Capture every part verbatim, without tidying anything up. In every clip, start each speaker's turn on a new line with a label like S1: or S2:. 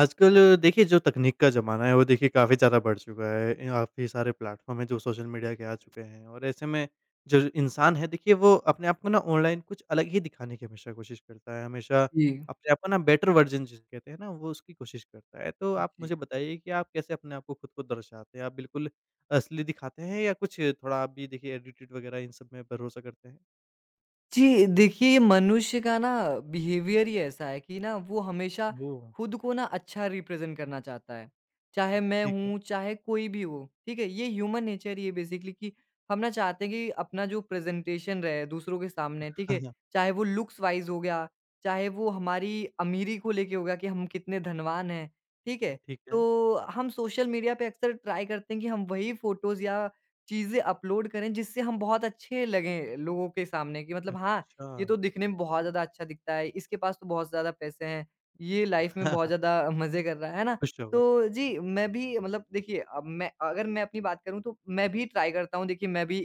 S1: आजकल देखिए जो तकनीक का ज़माना है वो देखिए काफ़ी ज़्यादा बढ़ चुका है। ए काफ़ी सारे प्लेटफ़ॉर्म हैं जो सोशल मीडिया के आ चुके हैं और ऐसे में जो इंसान है देखिए वो अपने आप को ना ऑनलाइन कुछ अलग ही दिखाने की हमेशा कोशिश करता है। हमेशा
S2: जी,
S1: अपने आप को ना बेटर वर्ज़न जिसे कहते हैं ना वो उसकी कोशिश करता है। तो आप
S2: जी।
S1: मुझे बताइए कि आप कैसे अपने आप को खुद को दर्शाते हैं? आप बिल्कुल असली दिखाते हैं या कुछ थोड़ा आप भी देखिए एडिटेड वग़ैरह इन सब में भरोसा करते हैं?
S2: जी, देखिए ये मनुष्य का ना बिहेवियर ही ऐसा है कि ना वो हमेशा
S1: वो
S2: खुद को ना अच्छा रिप्रेज़ेंट करना चाहता है। चाहे मैं
S1: ठीक है।
S2: हूँ, चाहे कोई भी हो, ठीक है? ये ह्यूमन नेचर ही है बेसिकली कि हम ना चाहते हैं कि अपना जो प्रेज़ेंटेशन रहे दूसरों के सामने, ठीक
S1: हाँ,
S2: है?
S1: हाँ।
S2: चाहे वो लुक्स वाइज़ हो गया, चाहे वो हमारी अमीरी को लेके हो गया कि हम कितने धनवान हैं, ठीक है?
S1: ठीक है।
S2: तो हम सोशल मीडिया पे अक्सर ट्राई करते हैं कि हम वही फ़ोटोज़ या चीज़ें अपलोड करें जिससे हम बहुत अच्छे लगें लोगों के सामने कि मतलब हाँ,
S1: अच्छा।
S2: ये तो दिखने में बहुत ज़्यादा अच्छा दिखता है, इसके पास तो बहुत ज़्यादा पैसे हैं, ये लाइफ़ में बहुत ज़्यादा मज़े कर रहा है, है ना?
S1: खुश होगा।
S2: तो जी, मैं भी मतलब देखिए अब मैं अगर मैं अपनी बात करूँ तो मैं भी ट्राई करता हूँ देखिए मैं भी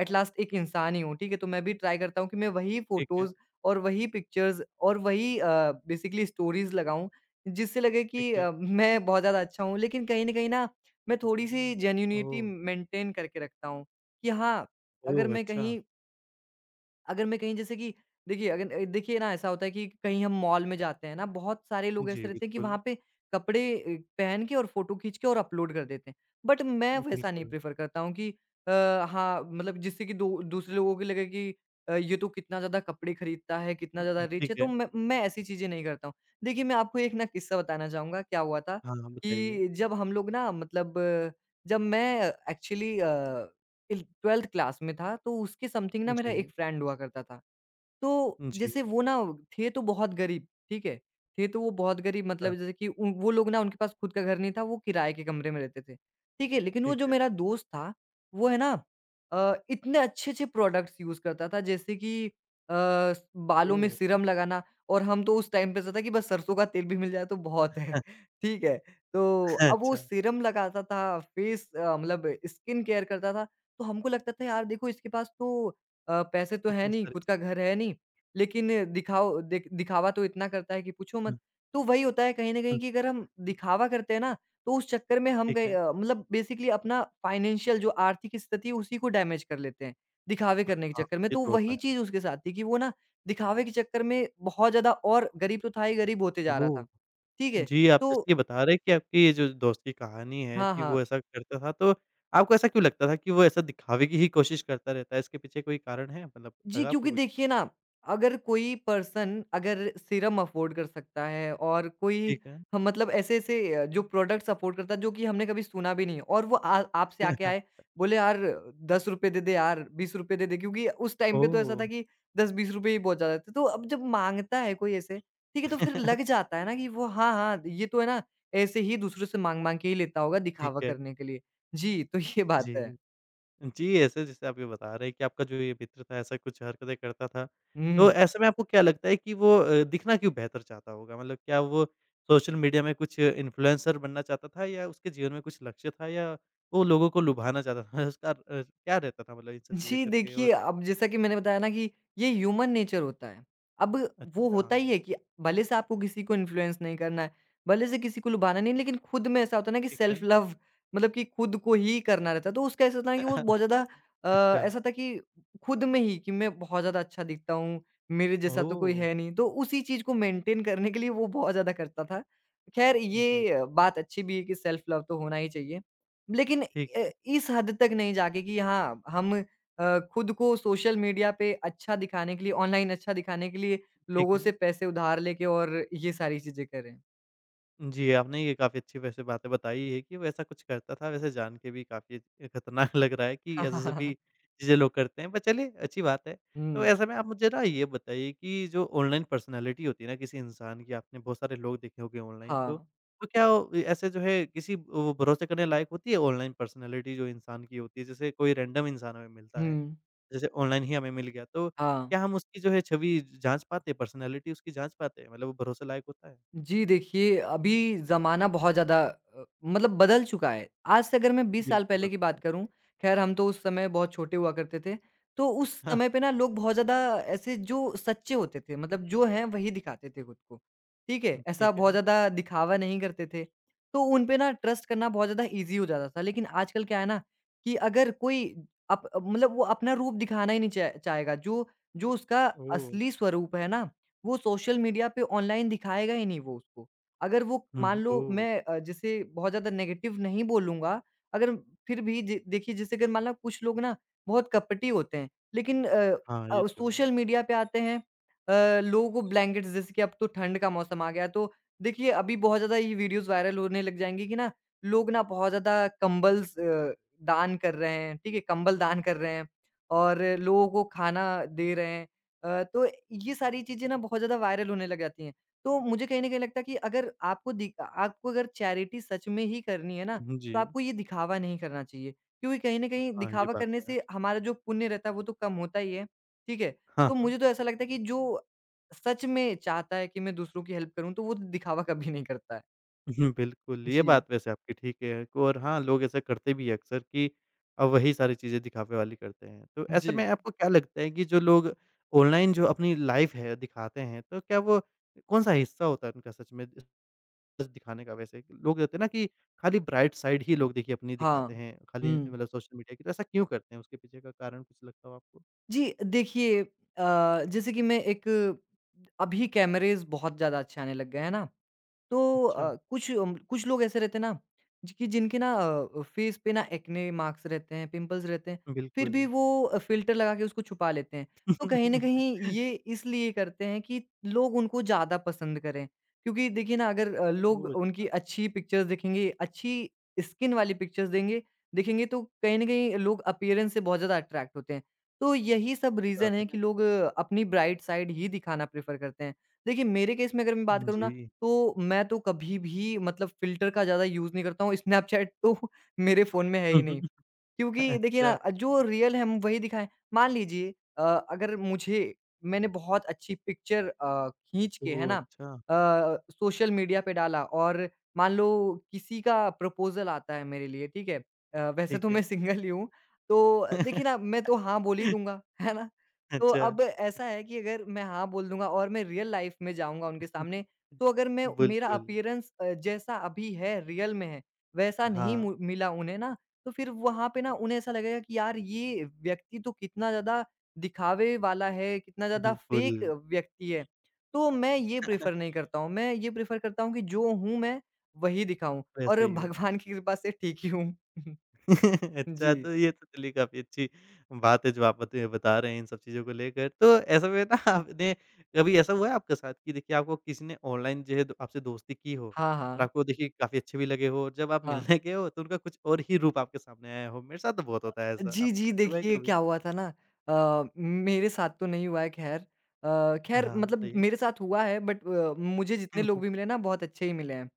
S2: एट लास्ट एक इंसान ही हूँ, ठीक है? तो मैं भी ट्राई करता हूँ कि मैं वही
S1: ठीक है,
S2: फ़ोटोज़ और वही पिक्चर्स और वही अ, बेसिकली स्टोरीज़ लगाऊँ, जिससे लगे
S1: ठीक
S2: कि अ,
S1: है।
S2: मैं बहुत ज़्यादा अच्छा हूँ। लेकिन कहीं न कहीं ना, मैं थोड़ी-सी जेन्युइनिटी
S1: ओह!
S2: मेंटेन करके रखता हूँ कि हाँ, अगर
S1: ओह!
S2: मैं
S1: अच्छा।
S2: कहीं अगर मैं कहीं जैसे कि देखिए अगर अ, देखिए ना ऐसा होता है कि कहीं हम मॉल में जाते हैं ना, बहुत सारे लोग
S1: जी,
S2: ऐसे रहते हैं कि
S1: बिल्कुल,
S2: वहाँ पे कपड़े अ, पहन के और फ़ोटो खींच के और अपलोड कर देते हैं। बट मैं वैसा नहीं
S1: बिल्कुल।
S2: प्रेफ़र करता हूँ कि अ, हाँ, मतलब जिससे कि दू दूसरे लोगों को लगे कि अ, ये तो कितना ज़्यादा कपड़े खरीदता है, कितना
S1: उम,
S2: ज़्यादा रिच है,
S1: ठीक
S2: तो
S1: है।
S2: मैं मैं ऐसी चीज़ें नहीं करता हूँ। देखिए मैं आपको एक ना किस्सा बताना चाहूँगा, क्या हुआ था
S1: हाँ, हाँ, बताइए।
S2: कि जब हम लोग ना मतलब अ, जब मैं एक्चुअली अ, टिल बारहवीं क्लास में था, तो उसके समथिंग ना मेरा एक
S1: जी,
S2: फ्रेंड हुआ करता था। तो
S1: जी।
S2: जैसे वो ना थे तो बहुत गरीब, ठीक है? थे तो वो बहुत गरीब
S1: हाँ,
S2: मतलब जैसे कि उन वो लोग ना उनके पास खुद का घर नहीं था, वो किराए के कमरे में रहते थे, ठीक है? लेकिन वो
S1: ठीक
S2: जो
S1: है।
S2: मेरा दोस्त था, वो है ना अ, इतने अच्छे-अच्छे प्रोडक्ट्स यूज़ करता था जैसे कि अ, स बालों में
S1: ओह!
S2: सीरम लगाना और हम तो उस टाइम पे ऐसा था कि बस सरसों का तेल भी मिल जाए तो बहुत है, ठीक है? तो अब वो
S1: अच्छा,
S2: सीरम लगाता था, फेस अ, मतलब स्किन केयर करता था। तो हमको लगता था यार देखो इसके पास तो अ, पैसे तो है
S1: इतनी
S2: नहीं,
S1: सारी
S2: खुद का
S1: चीज़ें।
S2: घर है नहीं, लेकिन दिखाओ दिख दिखावा तो इतना करता है कि पूछो मत।
S1: हुँ,
S2: तो वही होता है कहीं न कहीं
S1: हुँ,
S2: कि अगर हम
S1: हुँ,
S2: दिखावा करते हैं ना, तो उस चक्कर में हम
S1: ठीक
S2: कहीं
S1: है।
S2: अ, मतलब बेसिकली अपना फाइनेंशियल जो आर्थिक स्थिति है उसी को डैमेज कर लेते हैं, दिखावे करने के
S1: हाँ,
S2: चक्कर में।
S1: ये
S2: तो
S1: तो होता
S2: वही
S1: है।
S2: चीज़ उसके साथ थी कि वो ना दिखावे के चक्कर में बहुत ज़्यादा और गरीब तो था ही गरीब होते जा रहा
S1: ओह!
S2: था। ठीक है?
S1: जी, आप जैसे
S2: तो
S1: कि बता रहे हैं कि आपकी ये जो दोस्त की कहानी है
S2: हाँ,
S1: कि
S2: हाँ।
S1: वो ऐसा करता था, तो आपको ऐसा क्यों लगता था कि वो ऐसा दिखावे की ही कोशिश करता रहता है? इसके पीछे कोई कारण है? मतलब
S2: जी,
S1: लगा आपको
S2: क्योंकि
S1: कुछ?
S2: देखिए ना, अगर कोई पर्सन अगर सीरम अफ़ोर्ड कर सकता है और कोई
S1: ठीक है।
S2: ह मतलब ऐसे-ऐसे अ, जो प्रोडक्ट्स अफ़ोर्ड करता है, जो कि हमने कभी सुना भी नहीं है और वो आ आपसे आके आए, बोले, "यार ₹दस रुपए दे दे यार, ₹बीस रुपए दे दे।" क्योंकि उस टाइम पे तो ऐसा
S1: ओह!
S2: था कि ₹दस बीस रुपए ही बहुत ज़्यादा थे। तो अब जब माँगता है कोई ऐसे, ठीक है, तो फिर लग जाता है ना कि वो हाँ, हाँ, ये तो है ना, ऐसे ही दूसरों से माँग-माँग के ही लेता होगा
S1: ठीक
S2: दिखावा
S1: है।
S2: करने के लिए। जी, तो ये बात
S1: जी।
S2: है।
S1: जी, ऐसे जैसे आप ये बता रहे हैं कि आपका जो ये मित्र था ऐसा कुछ हरकतें करता था। तो
S2: हुँ।
S1: ऐसे में आपको क्या लगता है कि वो अ, दिखना क्यों बेहतर चाहता होगा? मतलब क्या वो सोशल मीडिया में कुछ इन्फ्लुएंसर बनना चाहता था या उसके जीवन में कुछ लक्ष्य था या वो लोगों को लुभाना चाहता था? उसका अ, क्या रहता था मतलब इन सब चीज़ें
S2: जी,
S1: करके
S2: देखिए,
S1: और
S2: अब जैसा कि मैंने बताया ना कि ये ह्यूमन नेचर होता है। अब वो
S1: अच्छा,
S2: होता ही है कि भले से आपको किसी को इन्फ्लुएंस नहीं करना है, भले से किसी को लुभाना नहीं, लेकिन खुद में ऐसा होता है ना कि
S1: ठीक है।
S2: सेल्फ लव मतलब कि खुद को ही करना रहता है। तो उसका ऐसा था कि वो बहुत ज़्यादा अ,
S1: अच्छा,
S2: ऐसा था कि खुद में ही कि मैं बहुत ज़्यादा अच्छा दिखता हूँ, मेरे जैसा तो कोई
S1: ओह!
S2: है नहीं। तो उसी चीज़ को मेंटेन करने के लिए वो बहुत ज़्यादा करता था। ख़ैर
S1: जी,
S2: ये अ, बात अच्छी भी है कि सेल्फ लव तो होना ही चाहिए। लेकिन
S1: ठीक
S2: अ,
S1: है,
S2: इस हद तक नहीं जाके कि हाँ, हम अ, खुद को सोशल मीडिया पे अच्छा दिखाने के लिए ऑनलाइन अच्छा दिखाने के लिए
S1: ठीक
S2: लोगों
S1: है।
S2: से पैसे उधार लेके और ये सारी चीज़ें करें।
S1: जी, आपने ये काफ़ी अच्छी वैसे बातें बताई है कि वो ऐसा कुछ करता था, वैसे जान के भी काफ़ी खतरनाक लग रहा है कि ऐसे सभी चीज़ें लोग करते हैं, पर चलिए अच्छी बात है। तो
S2: हुँ,
S1: ऐसे में आप मुझे ना ये बताइए कि जो ऑनलाइन पर्सनैलिटी होती है ना किसी इंसान की, आपने बहुत सारे लोग देखे होंगे ऑनलाइन तो,
S2: हाँ।
S1: तो क्या वो ऐसे जो है किसी वो भरोसे करने लायक होती है ऑनलाइन पर्सनैलिटी जो इंसान की होती है? जैसे कोई रैंडम इंसान हमें मिलता है,
S2: हुँ,
S1: जैसे ऑनलाइन ही हमें मिल गया, तो
S2: हाँ।
S1: क्या हम उसकी जो है छवि जाँच पाते हैं, पर्सनैलिटी उसकी जाँच पाते हैं? मतलब वो भरोसे लायक होता है?
S2: जी, देखिए, अभी ज़माना बहुत ज़्यादा अ, मतलब बदल चुका है। आज से अगर मैं बीस साल
S1: बिल्कुल
S2: पहले की बात
S1: बनता
S2: करूँ, ख़ैर हम तो उस समय बहुत छोटे हुआ करते थे, तो उस
S1: है।
S2: समय पे ना लोग बहुत ज़्यादा ऐसे जो सच्चे होते थे, मतलब जो हैं वही दिखाते थे खुद को, ठीक है?
S1: उम,
S2: ऐसा
S1: ठीक
S2: बहुत
S1: है।
S2: ज़्यादा दिखावा नहीं करते थे, तो उन पे ना ट्रस्ट करना बहुत ज़्यादा ईज़ी हो जाता था। लेकिन आजकल क्या है ना कि अगर कोई अप मतलब वो अपना रूप दिखाना ही नहीं चाह चाहेगा, जो जो उसका
S1: ओह!
S2: असली स्वरूप है ना वो सोशल मीडिया पे ऑनलाइन दिखाएगा ही नहीं वो उसको। अगर वो
S1: हुँ,
S2: मान
S1: हुँ।
S2: लो
S1: ओह!
S2: मैं अ, जैसे बहुत ज़्यादा नेगेटिव नहीं बोलूँगा, अगर फिर भी ज देखिए जैसे अगर मान लो कुछ लोग ना बहुत कपटी होते हैं, लेकिन अ
S1: हाँ, ये
S2: अ,
S1: तो है।
S2: सोशल मीडिया पे आते हैं अ, लोगों को ब्लैंकेट्स जैसे कि अब तो ठंड का मौसम आ गया तो देखिए अभी बहुत ज़्यादा ये वीडियोज़ वायरल होने लग जाएँगी कि ना लोग ना बहुत ज़्यादा कंबल्स अ, दान कर रहे हैं, ठीक है? कंबल दान कर रहे हैं और लोगों को खाना दे रहे हैं। अ, तो ये सारी चीज़ें ना बहुत ज़्यादा वायरल होने लग जाती हैं। तो मुझे कहीं न कहीं लगता है कि अगर आपको दि आपको अगर चैरिटी सच में ही करनी है ना,
S1: उहुँ, जी।
S2: तो आपको ये दिखावा नहीं करना चाहिए। क्योंकि कहीं न कहीं
S1: हाँ, ये
S2: दिखावा
S1: बात
S2: करने
S1: तो है।
S2: से हमारा जो पुण्य रहता है वो तो कम होता ही है, ठीक है?
S1: हाँ,
S2: तो
S1: हाँ।
S2: मुझे तो ऐसा लगता है कि जो सच में चाहता है कि मैं दूसरों की हेल्प करूँ, तो वो दिखावा कभी नहीं करता है।
S1: हुँ, बिल्कुल, ये
S2: जी,
S1: बात वैसे आपकी ठीक है क और हाँ, लोग ऐसा करते भी हैं अक्सर कि अ, वही सारी चीज़ें दिखावे वाली करते हैं। तो ऐसे
S2: जी।
S1: में आपको क्या लगता है कि जो लोग ऑनलाइन जो अपनी लाइफ़ है दिखाते हैं, तो क्या वो कौन-सा हिस्सा होता है उनका सच में सच दिखाने का वैसे? लोग कहते हैं ना कि खाली ब्राइट साइड ही लोग देखिए अपनी दिखाते
S2: हाँ।
S1: हैं, खाली
S2: हुँ।
S1: मतलब सोशल मीडिया की, तो ऐसा क्यों करते हैं? उसके पीछे का कारण कुछ लगता हो आपको?
S2: जी, देखिए अ, जैसे कि मैं एक अभी कैमरेज़ बहुत ज़्यादा अच्छे आने लग गए हैं ना? तो
S1: अच्छा,
S2: अ, कुछ अम, कुछ लोग ऐसे रहते हैं ना जि- कि जिनके ना अ, फेस पे ना एक्ने मार्क्स रहते हैं पिंपल्स रहते हैं फिर भी
S1: बिल्कुल।
S2: वो अ, फिल्टर लगा के उसको छुपा लेते हैं तो कहीं ना कहीं ये इसलिए करते हैं कि लोग उनको ज़्यादा पसंद करें क्योंकि देखिए ना अगर अ, लोग
S1: ओह!
S2: उनकी
S1: अच्छा,
S2: अच्छी पिक्चर्स देखेंगे अच्छी स्किन वाली पिक्चर्स देंगे देखेंगे तो कहीं ना कहीं लोग अपीयरेंस से बहुत ज़्यादा अट्रैक्ट होते हैं तो यही सब
S1: ये
S2: रीज़न
S1: बात
S2: है
S1: है।
S2: कि
S1: ना।
S2: लोग अ, अपनी ब्राइट साइड ही दिखाना प्रेफर करते हैं देखिए मेरे केस में अगर मैं बात करूँ ना
S1: जी।
S2: तो मैं तो कभी भी मतलब फ़िल्टर का ज़्यादा यूज़ नहीं करता हूँ, स्नैपचैट तो मेरे फ़ोन में है ही
S1: हुँ,
S2: नहीं।
S1: हुँ।
S2: क्योंकि देखिए
S1: अच्छा,
S2: ना, जो रियल है हम वही दिखाएँ। मान लीजिए अ, अगर मुझे मैंने बहुत अच्छी पिक्चर अ, खींच के है
S1: ओह!
S2: ना
S1: अच्छा,
S2: अ, सोशल मीडिया पे डाला और मान लो किसी का प्रपोज़ल आता है मेरे लिए, ठीक है? अ, वैसे तो
S1: ठीक
S2: मैं
S1: है।
S2: सिंगल ही हूँ, तो देखिए ना मैं तो हाँ बोल ही दूँगा, है ना? तो
S1: अच्छा।
S2: अब ऐसा है कि अगर मैं हाँ बोल दूँगा और मैं रियल लाइफ़ में जाऊँगा उनके सामने, तो अगर मैं मेरा
S1: बिल्कुल,
S2: अपीयरेंस अ, जैसा अभी है रियल में है, वैसा नहीं
S1: हाँ,
S2: मु मिला उन्हें ना तो फिर वहाँ पे ना उन्हें ऐसा लगेगा कि यार ये व्यक्ति तो कितना ज़्यादा दिखावे वाला है, कितना ज़्यादा
S1: बिल्कुल,
S2: फेक व्यक्ति है। तो मैं ये प्रेफ़र नहीं करता हूँ, मैं ये प्रेफ़र करता हूँ कि जो हूँ मैं वही दिखाऊँ
S1: वैसे
S2: और
S1: ही हो।
S2: भगवान की कृपा से ठीक ही हूँ।
S1: अच्छा,
S2: जी।
S1: तो ये तो चलिए काफ़ी अच्छी बात है जो आप बत बता रहे हैं इन सब चीज़ों को लेकर। तो ऐसे में ना आपने कभी ऐसा हुआ है आपके साथ कि देखिए आपको किसी ने ऑनलाइन जो है द आपसे दोस्ती की हो
S2: हाँ,
S1: और
S2: हाँ।
S1: आपको देखिए काफ़ी अच्छे भी लगे हो और जब आप
S2: हाँ।
S1: मिलने गए हो तो उनका कुछ और ही रूप आपके सामने आया हो? मेरे साथ तो बहुत होता है ऐसा,
S2: जी,
S1: आपके
S2: जी।
S1: साथ हुआ है
S2: देखिए
S1: कभी?
S2: क्या हुआ था ना अ, मेरे साथ तो नहीं हुआ है ख़ैर। अ, ख़ैर
S1: हाँ,
S2: मतलब
S1: बताइए।
S2: मेरे साथ हुआ है बट अ, मुझे जितने
S1: हुँ,
S2: लोग
S1: हुँ।
S2: भी मिले ना बहुत अच्छे ही मिले हैं।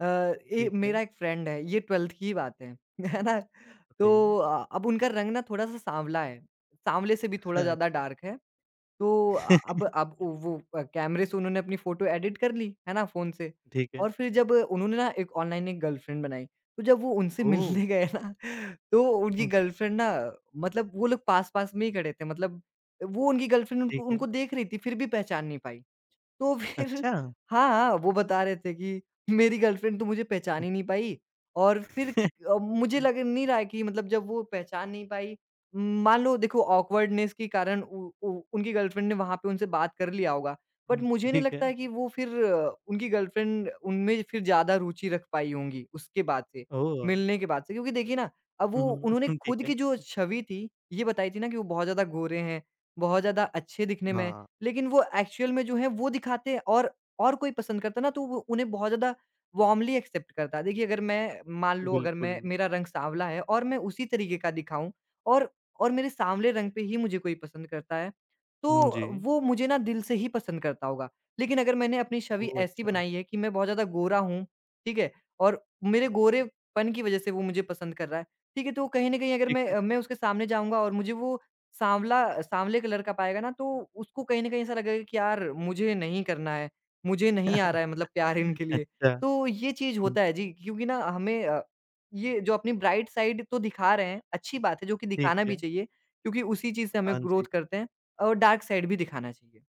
S2: अ, ए
S1: ठीक है,
S2: मेरा एक फ्रेंड है ये बारहवीं की ही बात है, है ना?
S1: बताइए।
S2: तो अ, अब उनका रंग ना थोड़ा-सा सांवला है, सांवले से भी थोड़ा ज़्यादा
S1: हाँ।
S2: डार्क है। तो अ, अब अब उ वो अ, कैमरे से उन्होंने अपनी फ़ोटो एडिट कर ली, है ना, फ़ोन से।
S1: ठीक है।
S2: और फिर जब उन्होंने ना एक ऑनलाइन एक गर्लफ्रेंड बनाई, तो जब वो उनसे
S1: ओह!
S2: मिलने गए ना, तो उनकी
S1: हुँ,
S2: गर्लफ्रेंड ना मतलब वो लोग पास-पास में ही खड़े थे, मतलब वो उनकी गर्लफ्रेंड उनको
S1: ठीक है।
S2: उनको देख रही थी, फिर भी पहचान नहीं पाई। तो फिर
S1: अच्छा!
S2: हाँ, हाँ, वो बता रहे थे कि मेरी गर्लफ्रेंड तो मुझे पहचान ही नहीं पाई। और फिर अ, मुझे लग नहीं रहा है कि मतलब जब वो पहचान नहीं पाई, म, मान लो देखो ऑकवर्डनेस के कारण उ उ उनकी गर्लफ्रेंड ने वहाँ पे उनसे बात कर लिया होगा। बट
S1: हुँ,
S2: मुझे नहीं
S1: ठीक
S2: लगता
S1: है।
S2: है कि वो फिर अ, उनकी गर्लफ्रेंड उनमें फिर ज़्यादा रुचि रख पाई होंगी उसके बाद से,
S1: ओह!
S2: मिलने के बाद से। क्योंकि देखिए ना, अब
S1: हुँ,
S2: वो उन्होंने
S1: हुँ, ठीक
S2: खुद
S1: है।
S2: की जो छवि थी, ये बताई थी ना कि वो बहुत ज़्यादा गोरे हैं, बहुत ज़्यादा अच्छे दिखने में।
S1: हाँ।
S2: लेकिन वो एक्चुअल में जो है वो दिखाते और और कोई पसंद करता ना तो वो उन्हें बहुत ज़्यादा वार्मली एक्सेप्ट करता। देखिए अगर मैं मान लो अगर मैं
S1: बिल्कुल।
S2: मेरा रंग साँवला है और मैं उसी तरीके का दिखाऊँ और और मेरे साँवले रंग पे ही मुझे कोई पसंद करता है,
S1: हुँ, जी।
S2: तो वो मुझे ना दिल से ही पसंद करता होगा। लेकिन अगर मैंने अपनी छवि
S1: ओह!
S2: ऐसी
S1: अच्छा,
S2: बनाई है कि मैं बहुत ज़्यादा गोरा हूँ, ठीक है? और मेरे गोरेपन की वज़ह से वो मुझे पसंद कर रहा है, ठीक है? तो कहीं न कहीं अगर
S1: ठीक
S2: मैं
S1: है।
S2: अ, मैं उसके सामने जाऊँगा और मुझे वो सांवला सांवले कलर का पाएगा ना, तो उसको कहीं न कहीं ऐसा लगेगा कि यार मुझे नहीं करना है, मुझे नहीं आ रहा है मतलब प्यार इनके लिए।
S1: अच्छा,
S2: तो ये चीज़
S1: हुँ,
S2: होता है जी, क्योंकि ना हमें अ, ये जो अपनी ब्राइट साइड तो दिखा रहे हैं, अच्छी बात है जो कि
S1: ठीक
S2: दिखाना भी
S1: है।
S2: चाहिए, क्योंकि उसी चीज़ से हमें
S1: हाँ
S2: ग्रोथ
S1: जी।
S2: करते हैं और डार्क साइड भी दिखाना चाहिए।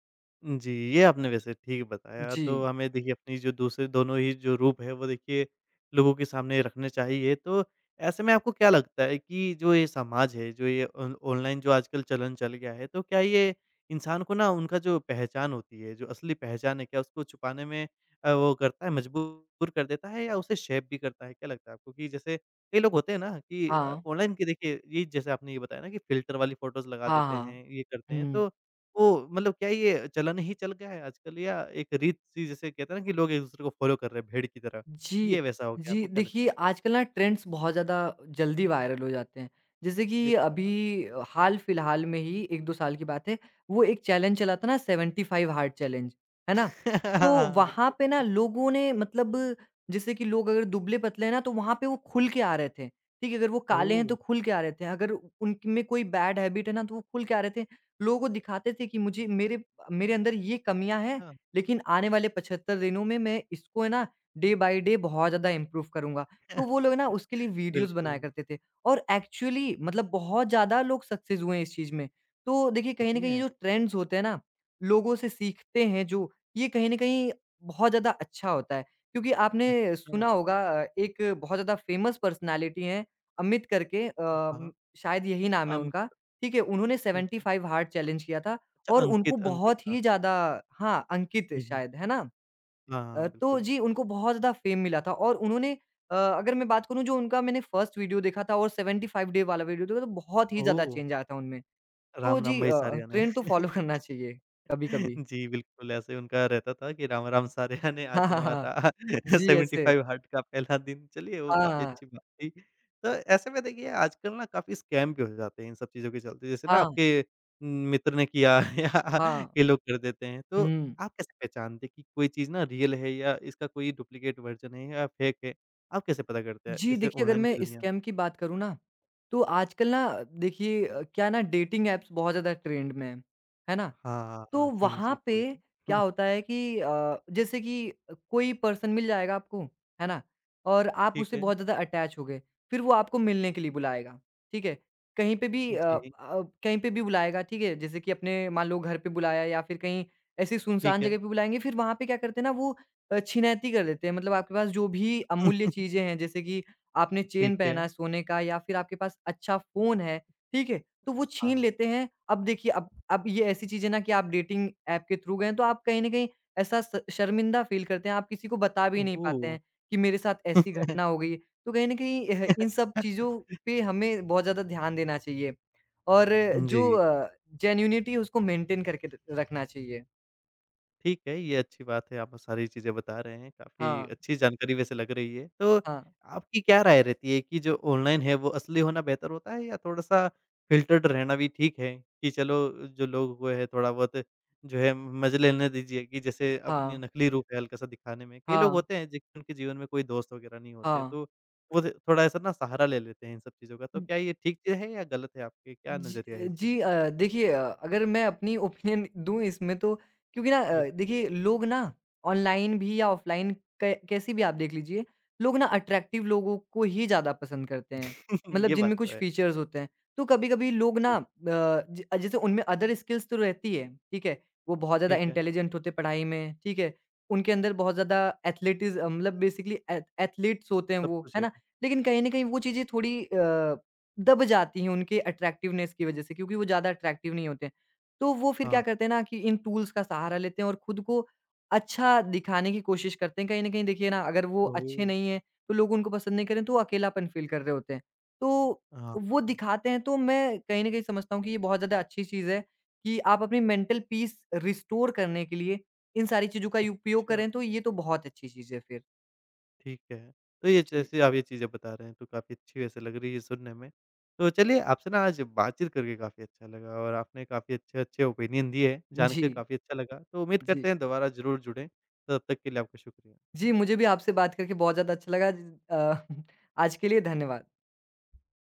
S1: जी, ये आपने वैसे ठीक बताया।
S2: जी।
S1: तो हमें देखिए अपनी जो दूसरे दोनों ही जो रूप है वो देखिए लोगों के सामने रखने चाहिए। तो ऐसे में आपको क्या लगता है कि जो ये समाज है, जो ये ऑन ऑनलाइन जो आजकल चलन चल गया है, तो क्या ये इंसान को ना उनका जो पहचान होती है, जो असली पहचान है क्या उसको छुपाने में अ, वो करता है मजबूर कर देता है या उसे शेप भी करता है? क्या लगता है आपको कि जैसे कई लोग होते हैं ना कि अ,
S2: हाँ।
S1: ऑनलाइन के देखिए ये जैसे आपने ये बताया ना कि फ़िल्टर वाली फ़ोटोज़ लगा
S2: हाँ,
S1: देते
S2: हाँ।
S1: हैं, ये करते हैं।
S2: हुँ।
S1: तो तो मतलब क्या ये चलन ही चल गया है आजकल या एक रीत सी जिसे कहते हैं ना कि लोग एक-दूसरे को फ़ॉलो कर रहे हैं भेड़ की तरह,
S2: जी,
S1: ये वैसा हो गया
S2: जी।
S1: आपको क्या
S2: देखिए,
S1: लगता है?
S2: आजकल ना ट्रेंड्स बहुत ज़्यादा जल्दी वायरल हो जाते हैं। जैसे
S1: ये
S2: कि
S1: तो है
S2: अभी
S1: बात।
S2: अ, हाल-फिलहाल में ही एक दो साल की बात है, वो एक चैलेंज चला था ना सेवेंटी फ़ाइव हार्ड चैलेंज, है ना? तो
S1: हाँ,
S2: वहाँ
S1: बिल्कुल।
S2: पे ना लोगों ने मतलब जैसे कि लोग अगर दुबले-पतले हैं ना तो वहाँ पे वो खुल के आ रहे थे, ठीक है? अगर वो काले हैं तो
S1: ओह!
S2: खुल के आ रहे थे, अगर उ- उनमें कोई बैड हैबिट है ना तो वो खुल के आ रहे थे। लोगों को दिखाते थे कि मुझे मेरे मेरे अंदर ये कमियाँ हैं,
S1: अच्छा।
S2: लेकिन आने वाले पचहत्तर दिनों में मैं इसको है ना डे बाय डे बहुत ज़्यादा इम्प्रूव करूँगा। तो वो लोग ना उसके लिए वीडियोज़
S1: बिल्कुल,
S2: बनाया करते थे और एक्चुअली मतलब बहुत ज़्यादा लोग सक्सेस हुए हैं इस चीज़ में। तो देखिए कहीं
S1: सच
S2: न कहीं ये
S1: में?
S2: जो ट्रेंड्स होते हैं ना, लोगों से सीखते हैं जो, ये कहीं न कहीं बहुत ज़्यादा अच्छा होता है। क्योंकि आपने
S1: अच्छा,
S2: सुना होगा अ, एक बहुत ज़्यादा फेमस पर्सनैलिटी हैं अमित करके
S1: हाँ।
S2: अम, शायद यही नाम है
S1: अम,
S2: उनका, ठीक है? उन्होंने
S1: ठीक है।
S2: सेवेंटी फ़ाइव हार्ड चैलेंज किया था
S1: अच्छा
S2: और उनको
S1: अंकित, अंकित
S2: बहुत
S1: हाँ,
S2: ही
S1: हाँ।
S2: ज़्यादा हाँ, अंकित
S1: हुँ, हुँ।
S2: शायद, है ना?
S1: हाँ,
S2: अ,
S1: हाँ,
S2: तो
S1: बिल्कुल।
S2: जी, उनको बहुत ज़्यादा फ़ेम मिला था और उन्होंने अ, अगर मैं बात करूँ जो उनका मैंने फर्स्ट वीडियो देखा था और सेवेंटी फ़ाइव डे वाला वीडियो देखा तो बहुत ही ज़्यादा
S1: ओह!
S2: चेंज आया था उनमें। तो
S1: राम, राम
S2: जी अ
S1: भाई
S2: अ,
S1: सारिया ने।
S2: ट्रेंड तो फ़ॉलो करना चाहिए कभी-कभी।
S1: जी, बिल्कुल, ऐसे उनका रहता था कि राम राम सारेया ने
S2: हाँ,
S1: आज है
S2: हाँ, हाँ।
S1: हमारा
S2: जी, ऐसे।
S1: पचहत्तर हार्ट का पहला दिन चलिए वो काफ़ी
S2: हाँ,
S1: अच्छी बात थी। तो ऐसे में देखिए आजकल ना काफ़ी स्कैम भी हो जाते हैं इन सब चीज़ों के चलते, जैसे ना
S2: हाँ,
S1: आपके न, मित्र ने किया या
S2: हाँ।
S1: ये लोग कर देते हैं, तो
S2: हुँ।
S1: आप कैसे पहचानते हैं कि कोई चीज़ ना रियल है या इसका कोई डुप्लीकेट वर्ज़न है या फेक है? आप कैसे पता करते हैं
S2: जी,
S1: इसे
S2: देखिए अगर
S1: ऑनलाइन
S2: मैं
S1: की दुनिया में?
S2: स्कैम की बात करूँ ना, तो आजकल ना देखिए अ, क्या ना डेटिंग ऐप्स बहुत ज़्यादा ट्रेंड में हैं। है ना?
S1: हाँ, हाँ,
S2: तो
S1: हिंज
S2: वहाँ
S1: हो
S2: पे
S1: गया।
S2: क्या होता है कि अ, जैसे कि कोई पर्सन मिल जाएगा आपको, है ना? और आप
S1: ठीक
S2: उससे
S1: है,
S2: बहुत ज़्यादा अटैच हो गए, फिर वो आपको मिलने के लिए बुलाएगा, ठीक है? कहीं पे भी अ
S1: जी,
S2: अ, कहीं पे भी बुलाएगा, ठीक है? जैसे कि अपने मान लो घर पे बुलाया या फिर कहीं ऐसी सुनसान
S1: ठीक है,
S2: जगह पे बुलाएँगे, फिर वहाँ पे क्या करते हैं ना वो अ, छिनैती कर देते हैं। मतलब आपके पास जो भी अमूल्य चीज़ें हैं, जैसे कि आपने चेन
S1: ठीक
S2: पहना
S1: है,
S2: है सोने का या फिर आपके पास अच्छा फ़ोन है, ठीक है? तो वो छीन
S1: हाँ।
S2: लेते हैं। अब देखिए अब अब ये ऐसी चीज़ है ना कि आप डेटिंग ऐप के थ्रू गए हैं तो आप कहीं न कहीं ऐसा स शर्मिंदा फ़ील करते हैं। आप किसी को बता भी नहीं पाते
S1: ओह!
S2: हैं कि मेरे साथ ऐसी घटना हो गई। तो कहीं न कहीं एह इन सब चीज़ों पे हमें बहुत ज़्यादा ध्यान देना चाहिए और जो
S1: जी,
S2: अ, जेन्युइनिटी है उसको मेंटेन करके र रखना चाहिए।
S1: ठीक है, ये अच्छी बात है, आप सारी चीज़ें बता रहे हैं, काफ़ी
S2: हाँ,
S1: अच्छी जानकारी वैसे लग रही है। तो
S2: हाँ,
S1: आपकी क्या राय रहती है कि जो ऑनलाइन है, वो असली होना बेहतर होता है या थोड़ा-सा फ़िल्टर्ड रहना भी ठीक है कि चलो, जो लोग वो है, थोड़ा-बहुत जो है, मज़े लेने दीजिए कि जैसे अपनी
S2: हाँ,
S1: नकली रूप है हल्का-सा दिखाने में। कई लोग
S2: हाँ,
S1: होते हैं, जिनके उनके जीवन में कोई दोस्त वगैरह नहीं होते,
S2: हाँ।
S1: तो वो थ थोड़ा ऐसा ना सहारा ले लेते हैं इन सब चीज़ों का। तो क्या ये ठीक चीज़ है या गलत है आपके? क्या
S2: जी
S1: नज़रिया है
S2: अ,
S1: इस चीज़
S2: जी
S1: पे?
S2: अ, देखिए अ, अगर मैं अपनी ओपिनियन दूँ इसमें तो क्योंकि ना अ,
S1: बिल्कुल,
S2: देखिए लोग ना ऑनलाइन भी या ऑफलाइन कै कैसी भी आप देख लीजिए, लोग ना अट्रैक्टिव लोगों को ही ज़्यादा पसंद करते हैं, मतलब
S1: ये बात
S2: जिनमें
S1: तो
S2: कुछ
S1: है।
S2: फीचर्स होते हैं। तो कभी-कभी लोग ना
S1: जी,
S2: अ, ज जैसे उनमें अदर स्किल्स तो रहती है, ठीक है? वो बहुत ज़्यादा
S1: ठीक है,
S2: इंटेलिजेंट होते हैं पढ़ाई में, ठीक है? उनके अंदर बहुत ज़्यादा एथलेटिज़ मतलब बेसिकली एथ एथलीट्स होते हैं
S1: सब
S2: वो,
S1: कुछ
S2: है
S1: है।
S2: ना? लेकिन कहीं न कहीं वो चीज़ें थोड़ी अ, दब जाती हैं उनके अट्रैक्टिवनेस की वजह से क्योंकि वो ज़्यादा अट्रैक्टिव नहीं होते हैं। तो वो फिर क्या
S1: हाँ।
S2: करते हैं ना कि इन टूल्स का सहारा लेते हैं और खुद को अच्छा दिखाने की कोशिश करते हैं। कहीं न कहीं देखिए ना अगर वो अच्छे
S1: ओह!
S2: नहीं हैं तो लोग उनको पसंद नहीं करें तो वो अकेलापन फ़ील कर रहे होते हैं। तो
S1: हाँ,
S2: वो
S1: हाँ।
S2: दिखाते हैं तो मैं कहीं न कहीं समझता हूँ कि ये बहुत ज़्यादा अच्छी चीज़ है कि आप अपनी मेंटल पीस रिस्टोर करने के लिए इन सारी चीज़ों का उपयोग
S1: अच्छा,
S2: करें तो ये तो बहुत अच्छी चीज़ है फिर।
S1: ठीक है। तो ये
S2: जी।
S1: जैसे आप ये चीज़ें बता रहे हैं तो काफ़ी अच्छी वैसे लग रही है सुनने में। तो चलिए आपसे ना आज बातचीत करके काफ़ी अच्छा लगा और आपने काफ़ी अच्छे-अच्छे ओपिनियन दिए, जानकर
S2: जी,
S1: काफ़ी अच्छा लगा। तो उम्मीद
S2: जी।
S1: करते हैं दोबारा ज़रूर जुड़ें। तो तब तक के लिए आपका शुक्रिया।
S2: जी, मुझे भी आपसे बात करके बहुत ज़्यादा अच्छा लगा। अ, आज के लिए धन्यवाद।